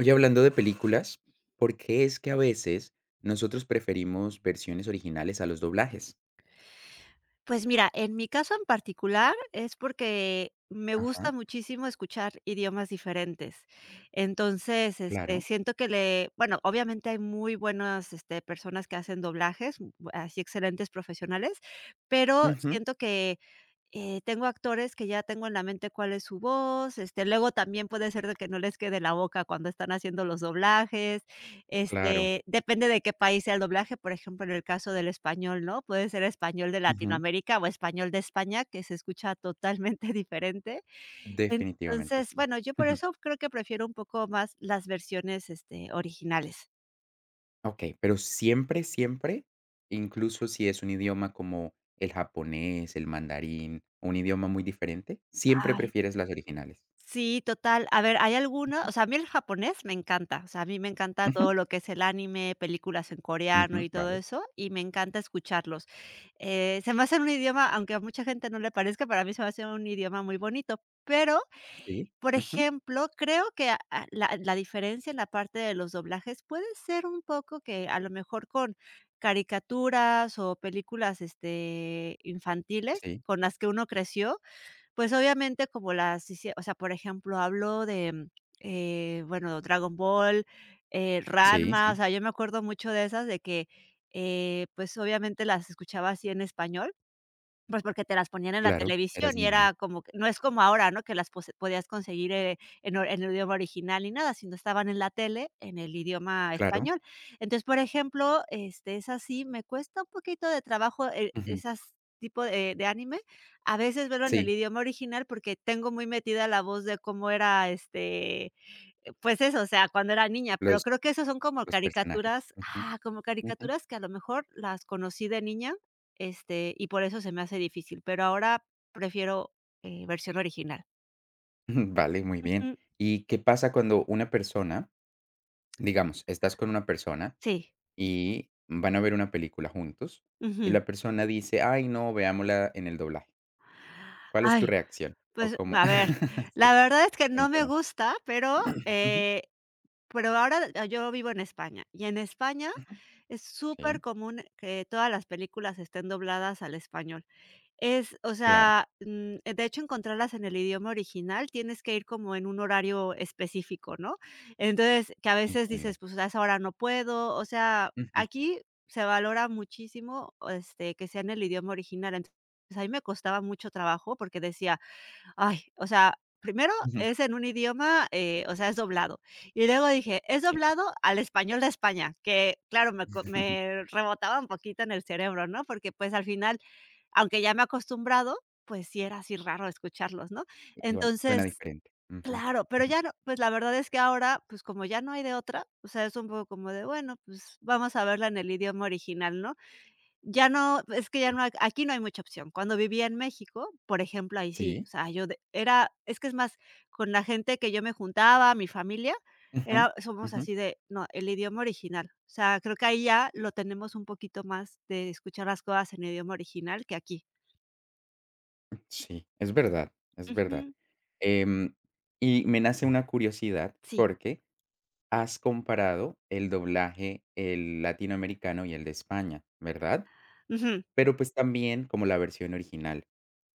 Oye, hablando de películas, ¿por qué es que a veces nosotros preferimos versiones originales a los doblajes? Pues mira, en mi caso en particular es porque me gusta Ajá, muchísimo escuchar idiomas diferentes. Entonces, claro. siento que le bueno, obviamente hay muy buenas, personas que hacen doblajes, así excelentes profesionales, pero Ujú, siento que tengo actores que ya tengo en la mente cuál es su voz, luego también puede ser de que no les quede la boca cuando están haciendo los doblajes, claro. Depende de qué país sea el doblaje, por ejemplo, en el caso del español, ¿no? Puede ser español de Ujú, Latinoamérica o español de España, que se escucha totalmente diferente. definitivamente Entonces, sí. bueno, yo por Ujú. eso creo que prefiero un poco más las versiones, originales. Okey, pero siempre, siempre, incluso si es un idioma como el japonés, el mandarín, un idioma muy diferente, ¿siempre prefieres las originales? Sí, total. A ver, hay algunos. Ujú, O sea, a mí el japonés me encanta, o sea, a mí me encanta ujú, todo lo que es el anime, películas en coreano ujú, y todo vale, eso, y me encanta escucharlos. Se me hace un idioma, aunque a mucha gente no le parezca, para mí se me hace un idioma muy bonito, pero, sí, por ujú, ejemplo, creo que a la diferencia en la parte de los doblajes puede ser un poco que, a lo mejor, con caricaturas o películas, infantiles sí, con las que uno creció pues, obviamente, como las hicie o sea, por ejemplo, hablo de, bueno, Dragon Ball, sí, Ranma, o sí, sea, yo me acuerdo mucho de esas, de que, pues, obviamente las escuchaba así en español. Pues, porque te las ponían en la claro, eras televisión y niña, era como que no es como ahora, ¿no? Que las pose podías conseguir, en o en el idioma original ni nada, sino estaban en la tele en el idioma claro, español. Entonces, por ejemplo, es así, me cuesta un poquito de trabajo, ujú, esas tipo de anime. A veces verlo en el sí, idioma original porque tengo muy metida la voz de cómo era, pues eso, o sea, cuando era niña, pero los creo que esos son como los personajes. caricaturas Ujú, ujú. ajá, como caricaturas que a lo mejor las conocí de niña, y por eso se me hace difícil, pero ahora prefiero, versión original. Vale, muy bien. Ujú. ¿Y qué pasa cuando una persona, digamos, estás con una persona Sí, y van a ver una película juntos y ujú. la persona dice: "Ay, no, veámosla en el doblaje"? ¿Cuál es Ay, tu reacción? ¿O pues, cómo… a ver, sí, la verdad es que no me cuéntame? gusta, pero, Ujú, pero ahora ah, yo vivo en España, y en España ujú. es súper Sí, común que todas las películas estén dobladas al español. Es, o claro, sea, de hecho, encontrarlas en el idioma original tienes que ir como en un horario específico, ¿no? Entonces, que a veces entiendo. dices, pues a esa hora no puedo. O sea, Ujú, aquí se valora muchísimo, que sea en el idioma original. Entonces, a mí me costaba mucho trabajo porque decía, ay, o sea, primero ujú, es en un idioma, o sea, es doblado. Y luego dije, es sí. doblado al español de España, que claro, me co me rebotaba un poquito en el cerebro, ¿no? Porque, pues, al final, aunque ya me he acostumbrado, pues sí era así raro escucharlos, ¿no? Igual, suena Entonces, diferente. Ujú, claro, pero ujú, ya no, pues la verdad es que ahora, pues como ya no hay de otra, o sea, es un poco como de, bueno, pues vamos a verla en el idioma original, ¿no? Ya no, es que ya sí. no, hay- aquí no hay mucha opción. Cuando vivía en México, por ejemplo, ahí sí, o Sí. sea, yo de era es que es más, con la gente que yo me juntaba, mi familia, Ujú, era somos ujú. así de, no, el idioma original. O sea, creo que ahí ya lo tenemos un poquito más de escuchar las cosas en idioma original que aquí. Sí, es verdad, es verdad. Ujú, Em, y me nace una curiosidad sí, porque has comparado el doblaje, el latinoamericano y el de España, ¿verdad? ujú. Pero, pues, también como la versión original.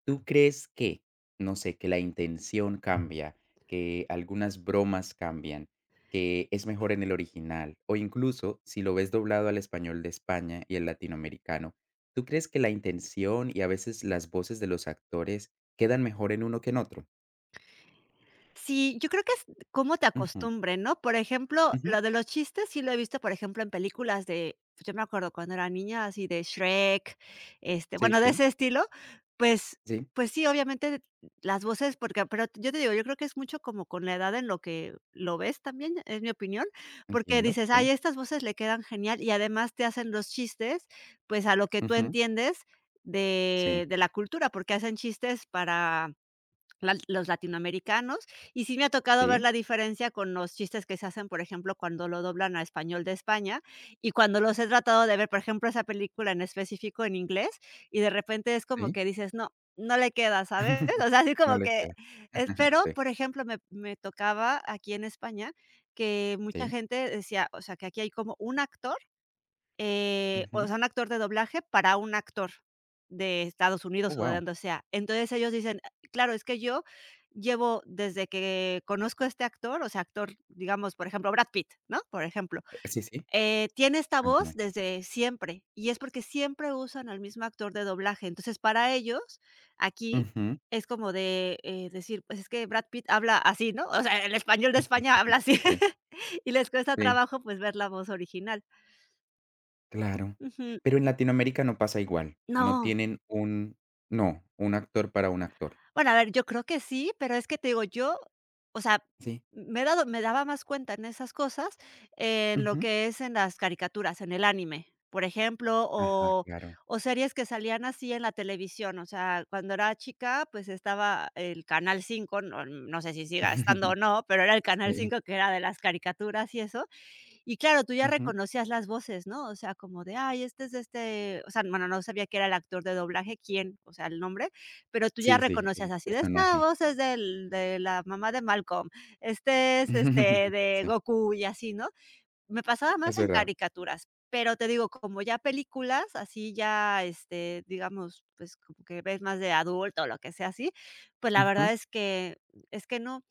¿Tú crees que, no sé, que la intención cambia, que algunas bromas cambian, que es mejor en el original, o incluso si lo ves doblado al español de España y el latinoamericano, tú crees que la intención y a veces las voces de los actores quedan mejor en uno que en otro? Sí, yo creo que es cómo te Ujú, acostumbren, ¿no? Por ejemplo, ujú, lo de los chistes sí lo he visto, por ejemplo, en películas de, pues, yo me acuerdo cuando era niña, así de Shrek, sí, bueno, de sí, ese estilo, pues sí, pues sí, obviamente las voces, porque pero yo te digo, yo creo que es mucho como con la edad en lo que lo ves también, es mi opinión, porque entiendo, dices: "Ay, sí, estas voces le quedan genial", y además te hacen los chistes, pues, a lo que tú ujú, entiendes sí, de la cultura, porque hacen chistes para la los latinoamericanos, y sí me ha tocado ver sí, la diferencia con los chistes que se hacen, por ejemplo, cuando lo doblan a español de España, y cuando los he tratado de ver, por ejemplo, esa película en específico en inglés, y de repente es como sí, que dices: "No, no le queda", ¿sabes? O sea, así no como le que queda. es pero, Sí, por ejemplo, me tocaba aquí en España que mucha sí, gente decía, o sea, que aquí hay como un actor o ujú, sea, un actor de doblaje para un actor de Estados Unidos oh, o de wow, donde sea. Entonces, ellos dicen: "Claro, es que yo llevo desde que conozco a este actor", o sea, actor, digamos, por ejemplo, Brad Pitt, ¿no?, por ejemplo, sí, sí, tiene esta voz cuéntame. desde siempre, y es porque siempre usan al mismo actor de doblaje. Entonces, para ellos, aquí Ujú, es como de, decir: "Pues es que Brad Pitt habla así", ¿no? O sea, el español de España habla así, sí. y les cuesta Sí, trabajo, pues, ver la voz original. claro. Ujú. Pero en Latinoamérica no pasa igual. No No. tienen un… no, un actor para un actor. Bueno, a ver, yo creo que sí, pero es que te digo, yo, o sea, Sí. me he dado me daba más cuenta en esas cosas, en lo Ujú. que es en las caricaturas, en el anime, por ejemplo, Ajá, claro. o series que salían así en la televisión, o sea, cuando era chica, pues, estaba el Canal 5, no no sé si siga estando o no, pero era el Canal Sí. cinco que era de las caricaturas y eso, y claro, tú ya Ujú. reconocías las voces, ¿no? O sea, como de, ay, este es este, o sea, bueno, no sabía que era el actor de doblaje, quién, o sea, el nombre, pero tú ya Sí, sí, reconocías el así de esta personaje. voz es del de la mamá de Malcolm, este es, de Sí, Goku y así, ¿no? Me pasaba es más en verdad. caricaturas, pero te digo, como ya películas, así ya, digamos, pues, como que ves más de adulto o lo que sea así, pues, la verdad Ujú. Es que no,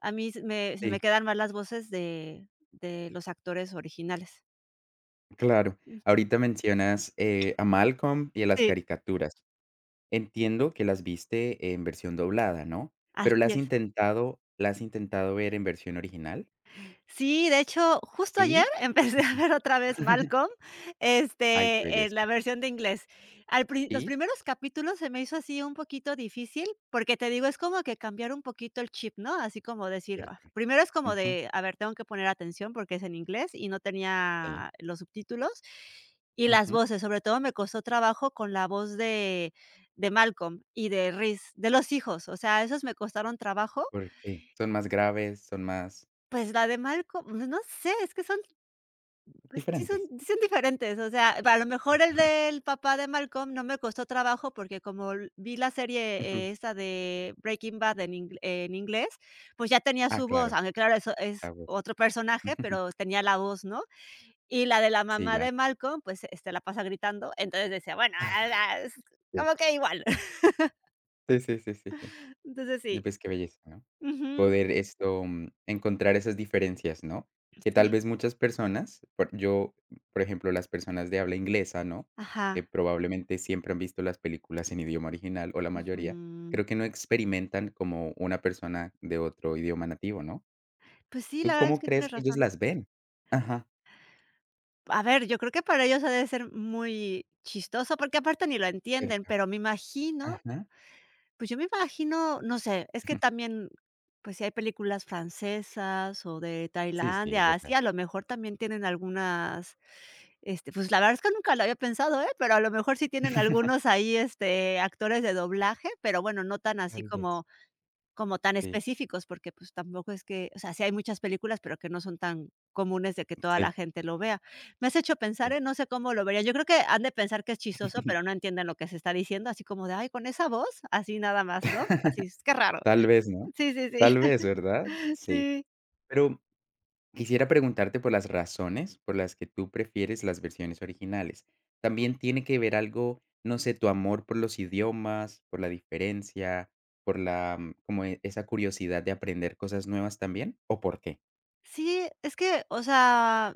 a mí se me Sí, quedan más las voces de los actores originales. claro. Ujú. Ahorita mencionas, a Malcolm y a las Sí, caricaturas. Entiendo que las viste en versión doblada, ¿no? Pero, ¿las así has es. intentado… ¿las has intentado ver en versión original? Sí, de hecho, justo ayer ¿Y? empecé a ver otra vez Malcolm, Ay, qué en belleza. la versión de inglés. Al pri los ¿Y? primeros capítulos se me hizo así un poquito difícil, porque te digo, es como que cambiar un poquito el chip, ¿no? Así como decir, ah, Cierto. primero es como Ujú, de, a ver, tengo que poner atención porque es en inglés y no sí, tenía los subtítulos y las ujú. voces, sobre todo me costó trabajo con la voz de Malcolm y de Reese, de los hijos, o sea, esos me costaron trabajo. Porque… ¿son más graves, son más Pues la de Malcolm, no sé, es que son pues diferentes? sí son diferentes, o sea, a lo mejor el Ujú. del papá de Malcolm no me costó trabajo porque como l vi la serie, ujú. Esta de Breaking Bad en ing en inglés, pues ya tenía Ah, su voz, claro, aunque claro, eso es la voz. otro Ujú, personaje, pero tenía la voz, ¿no? Y la de la sí, mamá ya. de Malcolm, pues, la pasa gritando, entonces decía, bueno, ah, ah, es Sí. como que igual. Sí, sí, sí, sí, sí. Entonces sí. Y pues qué belleza, ¿no? Ujú. Poder esto, encontrar esas diferencias, ¿no? Que tal Sí. vez muchas personas, por yo, por ejemplo, las personas de habla inglesa, ¿no? Ajá. Que probablemente siempre han visto las películas en idioma original, o la mayoría, Ujú. creo que no experimentan como una persona de otro idioma nativo, ¿no? Pues sí, la ¿Tú verdad es cómo que crees tienes que ellos razón. las ven? Ajá, A ver, yo creo que para ellos ha de ser muy chistoso, porque aparte ni lo entienden, cierto. pero me imagino, Ajá. pues, yo me imagino, no sé, es que también, pues, si hay películas francesas o de Sí, sí, es Tailandia, así, verdad. a lo mejor también tienen algunas, pues, la verdad es que nunca lo había pensado, ¿eh? Pero a lo mejor sí tienen algunos ahí, actores de doblaje, pero bueno, no tan así Tal vez. como como tan Sí, específicos, porque, pues, tampoco es que o sea, sí hay muchas películas, pero que no son tan comunes de que toda la sí, gente lo vea. Me has hecho pensar, sí. ¿eh? No sé cómo lo vería yo creo que han de pensar que es chistoso, pero no entienden lo que se está diciendo, así como de: "Ay, con esa voz", así nada más, ¿no? Así, qué raro. Tal vez, ¿no? Sí, sí, sí, Tal vez, ¿verdad? Sí. sí. Pero quisiera preguntarte por las razones por las que tú prefieres las versiones originales. ¿También tiene que ver algo, no sé, tu amor por los idiomas, por la diferencia, por la, mm, como e esa curiosidad de aprender cosas nuevas también? ¿O por qué? Sí, es que, o sea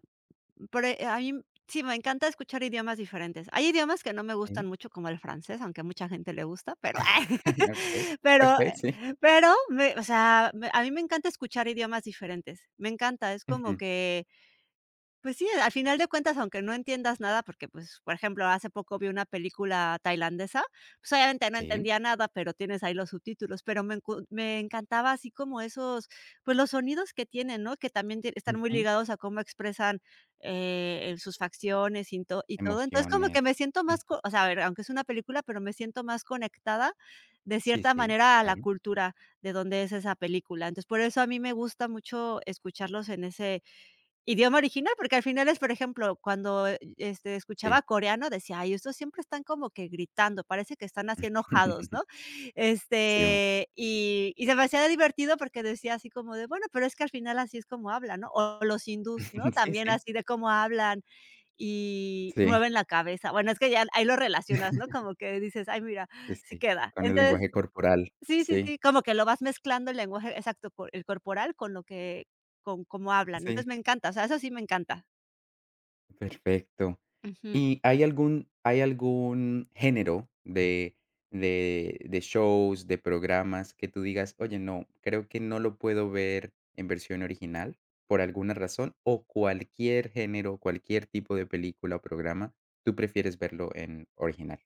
pero, a mí sí, me encanta escuchar idiomas diferentes. Hay idiomas que no me gustan Sí. mucho, como el francés, aunque a mucha gente le gusta, pero Okey, pero okey, sí. pero me o sea, me a mí me encanta escuchar idiomas diferentes. Me encanta, es como que pues sí, al final de cuentas, aunque no entiendas nada, porque, pues, por ejemplo, hace poco vi una película tailandesa, pues, obviamente no Sí, entendía nada, pero tienes ahí los subtítulos, pero me encu me encantaba así como esos, pues, los sonidos que tienen, ¿no? Que también tie están muy ujú, ligados a cómo expresan, en sus facciones y to y todo. Entonces, como emociones, que me siento más co ujú, o sea, a ver, aunque es una película, pero me siento más conectada, de sí, cierta sí, manera, a la claro, cultura de donde es esa película. Entonces, por eso a mí me gusta mucho escucharlos en ese idioma original, porque al final es, por ejemplo, cuando, escuchaba sí, coreano, decía: "Ay, estos siempre están como que gritando, parece que están así enojados", ¿no? sí, un- y se me hacía divertido porque decía así como de: "Bueno, pero es que al final así es como hablan", ¿no? O los hindús, ¿no? sí, También sí, así de cómo hablan y sí, mueven la cabeza. Bueno, es que ya ahí lo relacionas, ¿no? Como que dices: "Ay, mira, sí, sí sí, queda". con el Entonces lenguaje corporal, sí, sí, sí, sí, como que lo vas mezclando el lenguaje exacto, co el corporal con lo que con cómo hablan. Entonces, sí, me encanta, o sea, eso sí me encanta. perfecto. Ujú. ¿Y hay algún… hay algún género de de shows, de programas que tú digas: "Oye, no, creo que no lo puedo ver en versión original por alguna razón", o cualquier género, cualquier tipo de película o programa, tú prefieres verlo en original?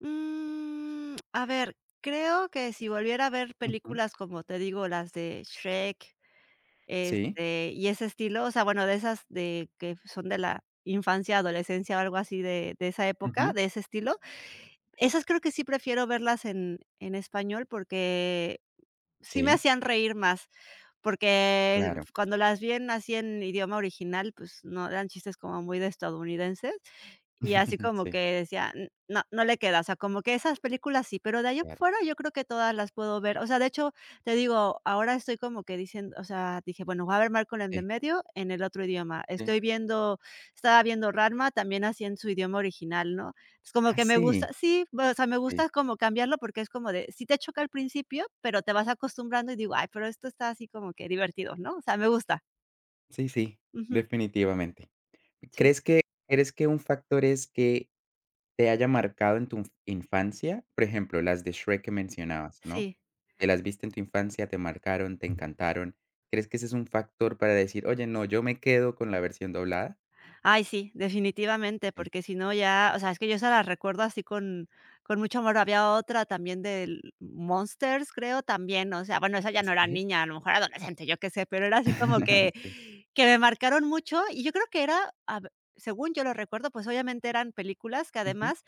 Mm, a ver, creo que si volviera a ver Ujú. películas, como te digo, las de Shrek, Sí, y ese estilo, o sea, bueno, de esas de que son de la infancia, adolescencia o algo así de esa época, ujú. de ese estilo, esas creo que sí prefiero verlas en español porque sí me Sí, hacían reír más. Porque claro. cuando las vi en así en idioma original, pues no eran chistes como muy de estadounidenses, y así como que Sí, decía, n no, no le queda, o sea, como que esas películas sí, pero de ahí en claro. fuera yo creo que todas las puedo ver. O sea, de hecho, te digo, ahora estoy como que diciendo, o sea, dije, bueno, voy a ver Malcolm en de Sí, medio en el otro idioma. sí. Estoy viendo, estaba viendo Ranma también así en su idioma original, ¿no? Es como Ah, que me gusta, sí, sí, bueno, o sea, me sí, gusta como cambiarlo porque es como de, sí te choca al principio, pero te vas acostumbrando y digo, ay, pero esto está así como que divertido, ¿no? O sea, me gusta. sí, sí, Ujú. definitivamente. Sí, ¿Crees que… crees que un factor es que te haya marcado en tu inf- infancia? Por ejemplo, las de Shrek que mencionabas, ¿no? sí. Que las viste en tu infancia, te marcaron, te encantaron. ¿Crees que ese es un factor para decir: "Oye, no, yo me quedo con la versión doblada"? Ay, sí, definitivamente, Sí. porque si no ya, o sea, es que yo esa la recuerdo así con mucho amor. Había otra también del Monsters, creo, también, o sea, bueno, esa ya no era Sí. niña, a lo mejor adolescente, yo qué sé, pero era así como que Sí. Me marcaron mucho, y yo creo que era, a ve según yo lo recuerdo, pues, obviamente eran películas que Ujú. además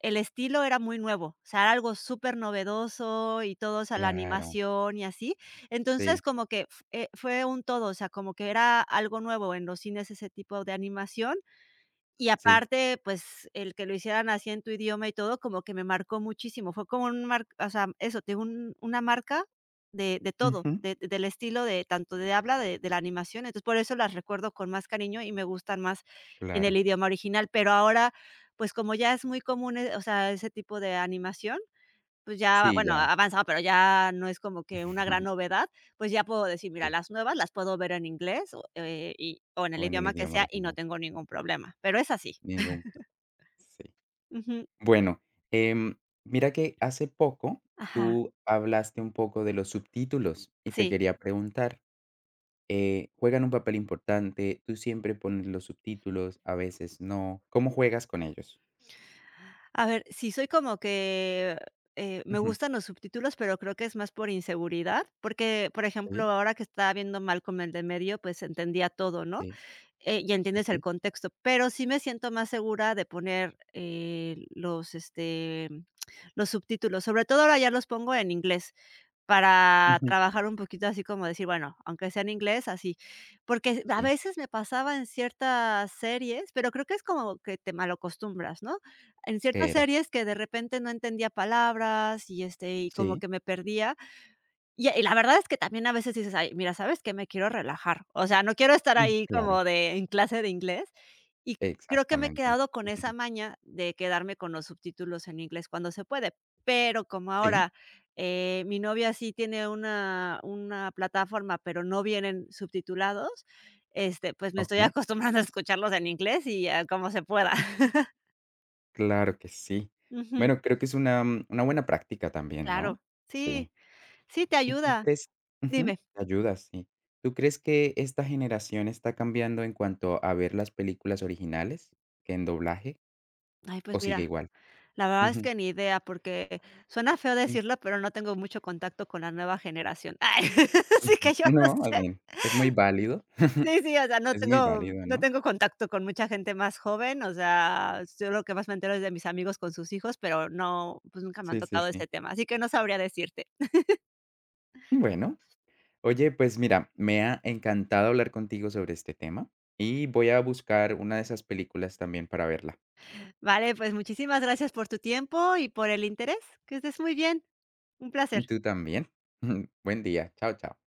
el estilo era muy nuevo, o sea, era algo súper novedoso y todo, o sea, la Claro. animación y así. Entonces, Sí, como que f fue un todo, o sea, como que era algo nuevo en los cines ese tipo de animación, y sí. aparte, pues, el que lo hicieran así en tu idioma y todo, como que me marcó muchísimo. Fue como un mar o sea, eso, te un una marca de todo, Ujú. de del estilo de tanto de habla de la animación. Entonces, por eso las recuerdo con más cariño y me gustan más en el Claro. idioma original. Pero ahora, pues, como ya es muy común, o sea, ese tipo de animación, pues ya, Sí, bueno, ya. ha avanzado, pero ya no es como que una gran novedad, pues ya puedo decir: "Mira, Sí, las nuevas las puedo ver en inglés o, y o en el o en el idioma que idioma sea y no original. tengo ningún problema", pero es así. Ningún pro… sí. Ujú, Bueno, em, mira que hace poco ajá, tú hablaste un poco de los subtítulos y te sí. quería preguntar, ¿juegan un papel importante? ¿Tú siempre pones los subtítulos, a veces no? ¿Cómo juegas con ellos? A ver, sí soy como que, me Ujú. gustan los subtítulos, pero creo que es más por inseguridad, porque, por ejemplo, Sí, ahora que estaba viendo Malcolm el de medio, pues entendía todo, ¿no? sí, Y sí, entiendes el sí. contexto, pero sí me siento más segura de poner, los, los subtítulos, sobre todo ahora ya los pongo en inglés. Para Ujú. trabajar un poquito así como decir, bueno, aunque sea en inglés, así. Porque a Sí, veces me pasaba en ciertas series, pero creo que es como que te malacostumbras, ¿no? En ¿qué ciertas era? series que de repente no entendía palabras y, y como Sí, que me perdía, y la verdad es que también a veces dices: "Ay, mira, ¿sabes qué? Me quiero relajar". O sea, no quiero estar ahí claro, como de en clase de inglés. Y creo que me he exactamente. quedado con esa Ujú. maña de quedarme con los subtítulos en inglés cuando se puede. Pero como Sí, ahora, mi novia sí tiene una plataforma, pero no vienen subtitulados, pues, me estoy okey. acostumbrando a escucharlos en inglés y ya como se pueda. Claro que sí. Ujú, Bueno, creo que es una, una buena práctica también, ¿no? claro. Sí, Sí. sí te ¿Y tú ayuda. crees? Ujú, Dime. te ayuda, sí. ¿Tú crees que esta generación está cambiando en cuanto a ver las películas originales que en doblaje Ay, o pues sigue mira igual? la verdad es Ujú, que ni idea, porque suena feo sí, ujú. decirlo, pero no tengo mucho contacto con la nueva generación. Ay, así que yo no No, más sé. bien, Sí, sí, o sea, es muy válido, no ¿no? tengo contacto con mucha gente más joven, o sea, yo lo que más me entero es de mis amigos con sus hijos, pero no, pues nunca me han Sí, sí, tocado ese sí. tema, así que no sabría decirte. Bueno, oye, pues mira, me ha encantado hablar contigo sobre este tema y voy a buscar una de esas películas también para verla. Vale, pues muchísimas gracias por tu tiempo y por el interés. Que estés muy bien. Un placer. Y tú también. Buen día. Chao, chao.